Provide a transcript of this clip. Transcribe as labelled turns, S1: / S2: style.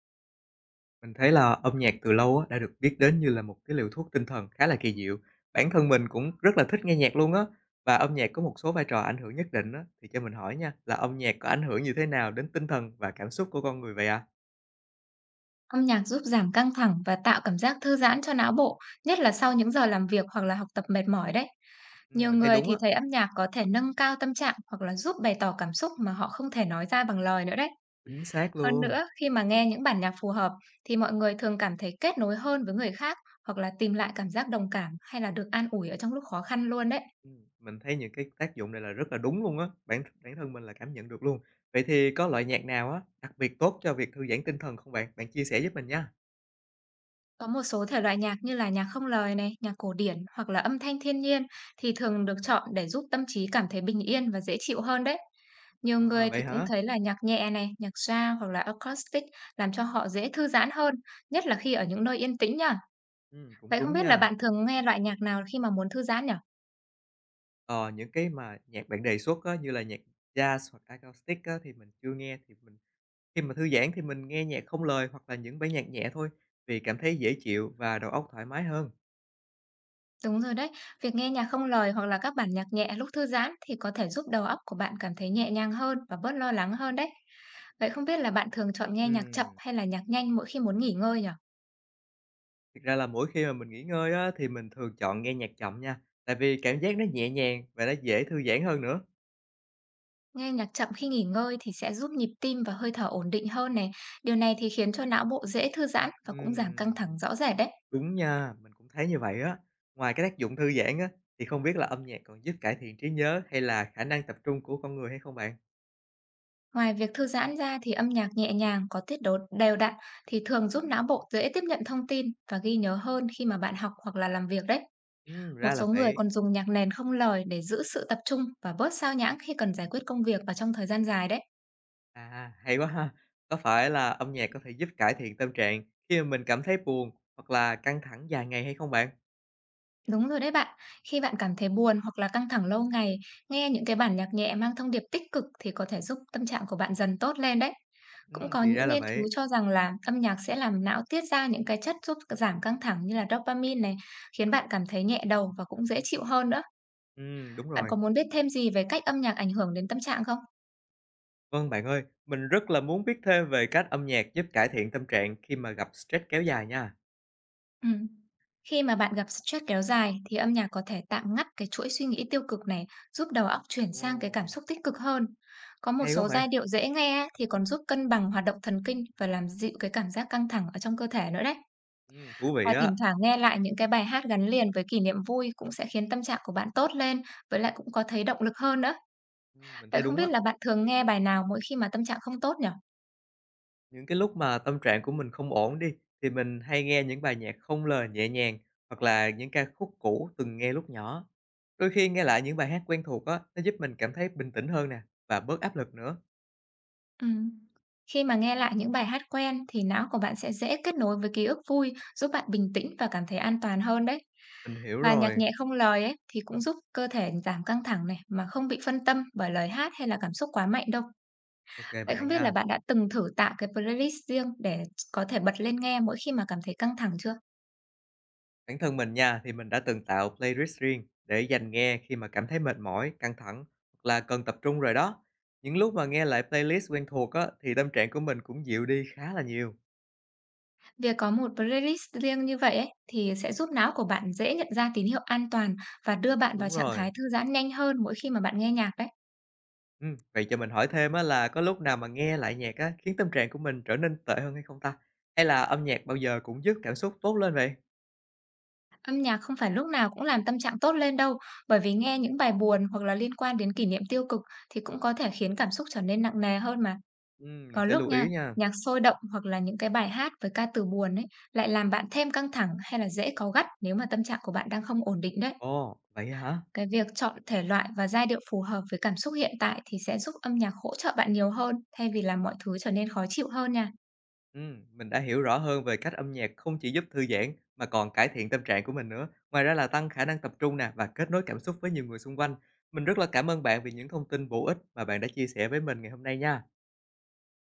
S1: Mình thấy là âm nhạc từ lâu á, đã được biết đến như là một cái liều thuốc tinh thần khá là kỳ diệu. Bản thân mình cũng rất là thích nghe nhạc luôn á, và âm nhạc có một số vai trò ảnh hưởng nhất định á, thì cho mình hỏi nha, là âm nhạc có ảnh hưởng như thế nào đến tinh thần và cảm xúc của con người vậy ạ?
S2: Âm nhạc giúp giảm căng thẳng và tạo cảm giác thư giãn cho não bộ, nhất là sau những giờ làm việc hoặc là học tập mệt mỏi đấy. Nhiều
S1: Mình thấy
S2: người
S1: đúng
S2: thì
S1: á,
S2: thấy âm nhạc có thể nâng cao tâm trạng hoặc là giúp bày tỏ cảm xúc mà họ không thể nói ra bằng lời nữa đấy.
S1: chính xác
S2: Hơn
S1: luôn.
S2: nữa, khi mà nghe những bản nhạc phù hợp thì mọi người thường cảm thấy kết nối hơn với người khác hoặc là tìm lại cảm giác đồng cảm hay là được an ủi ở trong lúc khó khăn luôn đấy.
S1: Mình thấy những cái tác dụng này là rất là đúng luôn á, bản bản thân mình là cảm nhận được luôn. Vậy thì có loại nhạc nào á, đặc biệt tốt cho việc thư giãn tinh thần không bạn? Bạn chia sẻ giúp mình nha.
S2: Có một số thể loại nhạc như là nhạc không lời này, nhạc cổ điển hoặc là âm thanh thiên nhiên thì thường được chọn để giúp tâm trí cảm thấy bình yên và dễ chịu hơn đấy. Nhiều
S1: À,
S2: người
S1: vậy
S2: thì cũng
S1: hả?
S2: thấy là nhạc nhẹ này, nhạc jazz hoặc là acoustic làm cho họ dễ thư giãn hơn, nhất là khi ở những nơi yên tĩnh nhá.
S1: Cũng
S2: Vậy không
S1: đúng
S2: biết là
S1: nha.
S2: bạn thường nghe loại nhạc nào khi mà muốn thư giãn nhỉ?
S1: Ờ, những cái mà nhạc bạn đề xuất á, như là nhạc jazz hoặc acoustic á, thì mình chưa nghe, thì mình khi mà thư giãn thì mình nghe nhạc không lời hoặc là những bản nhạc nhẹ thôi, vì cảm thấy dễ chịu và đầu óc thoải mái hơn.
S2: Đúng rồi đấy, việc nghe nhạc không lời hoặc là các bản nhạc nhẹ lúc thư giãn thì có thể giúp đầu óc của bạn cảm thấy nhẹ nhàng hơn và bớt lo lắng hơn đấy. Vậy không biết là bạn thường chọn nghe nhạc chậm
S1: Ừm.
S2: hay là nhạc nhanh mỗi khi muốn nghỉ ngơi nhỉ?
S1: Thực ra là mỗi khi mà mình nghỉ ngơi á, thì mình thường chọn nghe nhạc chậm nha, tại vì cảm giác nó nhẹ nhàng và nó dễ thư giãn hơn nữa.
S2: Nghe nhạc chậm khi nghỉ ngơi thì sẽ giúp nhịp tim và hơi thở ổn định hơn này. Điều này thì khiến cho não bộ dễ thư giãn và cũng giảm căng
S1: Ừm.
S2: thẳng rõ rệt đấy.
S1: Đúng nha, mình cũng thấy như vậy á. Ngoài cái tác dụng thư giãn á, thì không biết là âm nhạc còn giúp cải thiện trí nhớ hay là khả năng tập trung của con người hay không bạn?
S2: Ngoài việc thư giãn ra thì âm nhạc nhẹ nhàng có tiết độ đều đặn thì thường giúp não bộ dễ tiếp nhận thông tin và ghi nhớ hơn khi mà bạn học hoặc là làm việc đấy. Một
S1: Ra là
S2: số người
S1: vậy.
S2: còn dùng nhạc nền không lời để giữ sự tập trung và bớt sao nhãng khi cần giải quyết công việc và trong thời gian dài đấy.
S1: À, hay quá ha! Có phải là âm nhạc có thể giúp cải thiện tâm trạng khi mà mình cảm thấy buồn hoặc là căng thẳng dài ngày hay không bạn?
S2: Đúng rồi đấy bạn. Khi bạn cảm thấy buồn hoặc là căng thẳng lâu ngày, nghe những cái bản nhạc nhẹ mang thông điệp tích cực thì có thể giúp tâm trạng của bạn dần tốt lên đấy. Cũng có
S1: Thì ra
S2: những
S1: là
S2: nghiên cứu
S1: vậy.
S2: cho rằng là âm nhạc sẽ làm não tiết ra những cái chất giúp giảm căng thẳng như là dopamine này, khiến bạn cảm thấy nhẹ đầu và cũng dễ chịu hơn nữa.
S1: Đúng
S2: Bạn
S1: rồi.
S2: có muốn biết thêm gì về cách âm nhạc ảnh hưởng đến tâm trạng không?
S1: Vâng, bạn ơi, mình rất là muốn biết thêm về cách âm nhạc giúp cải thiện tâm trạng khi mà gặp stress kéo dài nha.
S2: Ừm. Khi mà bạn gặp stress kéo dài thì âm nhạc có thể tạm ngắt cái chuỗi suy nghĩ tiêu cực này, giúp đầu óc chuyển
S1: Ồ,
S2: sang cái cảm xúc tích cực hơn. Có một
S1: hay quá
S2: số
S1: vậy!
S2: giai điệu dễ nghe á, thì còn giúp cân bằng hoạt động thần kinh và làm dịu cái cảm giác căng thẳng ở trong cơ thể nữa đấy.
S1: Thú vị
S2: Và
S1: á,
S2: thỉnh thoảng nghe lại những cái bài hát gắn liền với kỷ niệm vui cũng sẽ khiến tâm trạng của bạn tốt lên, với lại cũng có thấy động lực hơn nữa.
S1: mình
S2: Vậy
S1: thấy
S2: không
S1: đúng
S2: biết
S1: á.
S2: là bạn thường nghe bài nào mỗi khi mà tâm trạng không tốt nhỉ?
S1: Những cái lúc mà tâm trạng của mình không ổn đi, thì mình hay nghe những bài nhạc không lời nhẹ nhàng hoặc là những ca khúc cũ từng nghe lúc nhỏ. Đôi khi nghe lại những bài hát quen thuộc á, nó giúp mình cảm thấy bình tĩnh hơn nè và bớt áp lực nữa.
S2: Ừm. Khi mà nghe lại những bài hát quen thì não của bạn sẽ dễ kết nối với ký ức vui, giúp bạn bình tĩnh và cảm thấy an toàn hơn đấy.
S1: Mình hiểu
S2: Và nhạc
S1: rồi.
S2: nhẹ không lời ấy thì cũng giúp cơ thể giảm căng thẳng này mà không bị phân tâm bởi lời hát hay là cảm xúc quá mạnh đâu.
S1: Ok
S2: Vậy
S1: bạn
S2: không biết là
S1: nha.
S2: bạn đã từng thử tạo cái playlist riêng để có thể bật lên nghe mỗi khi mà cảm thấy căng thẳng chưa?
S1: Bản thân mình nha thì mình đã từng tạo playlist riêng để dành nghe khi mà cảm thấy mệt mỏi, căng thẳng hoặc là cần tập trung rồi đó. Những lúc mà nghe lại playlist quen thuộc á thì tâm trạng của mình cũng dịu đi khá là nhiều.
S2: Việc có một playlist riêng như vậy ấy thì sẽ giúp não của bạn dễ nhận ra tín hiệu an toàn và đưa bạn vào
S1: Đúng
S2: trạng
S1: rồi.
S2: thái thư giãn nhanh hơn mỗi khi mà bạn nghe nhạc đấy.
S1: Vậy cho mình hỏi thêm á là có lúc nào mà nghe lại nhạc á, khiến tâm trạng của mình trở nên tệ hơn hay không ta? Hay là âm nhạc bao giờ cũng giúp cảm xúc tốt lên vậy?
S2: Âm nhạc không phải lúc nào cũng làm tâm trạng tốt lên đâu, bởi vì nghe những bài buồn hoặc là liên quan đến kỷ niệm tiêu cực thì cũng có thể khiến cảm xúc trở nên nặng nề hơn mà.
S1: Mình
S2: Có
S1: sẽ
S2: lúc
S1: lưu
S2: nha,
S1: ý nha.
S2: nhạc sôi động hoặc là những cái bài hát với ca từ buồn ấy lại làm bạn thêm căng thẳng hay là dễ cáu gắt nếu mà tâm trạng của bạn đang không ổn định đấy.
S1: Ồ, vậy hả?
S2: Cái việc chọn thể loại và giai điệu phù hợp với cảm xúc hiện tại thì sẽ giúp âm nhạc hỗ trợ bạn nhiều hơn thay vì làm mọi thứ trở nên khó chịu hơn nha.
S1: Mình đã hiểu rõ hơn về cách âm nhạc không chỉ giúp thư giãn mà còn cải thiện tâm trạng của mình nữa. Ngoài ra là tăng khả năng tập trung nè và kết nối cảm xúc với nhiều người xung quanh. Mình rất là cảm ơn bạn vì những thông tin bổ ích mà bạn đã chia sẻ với mình ngày hôm nay nha.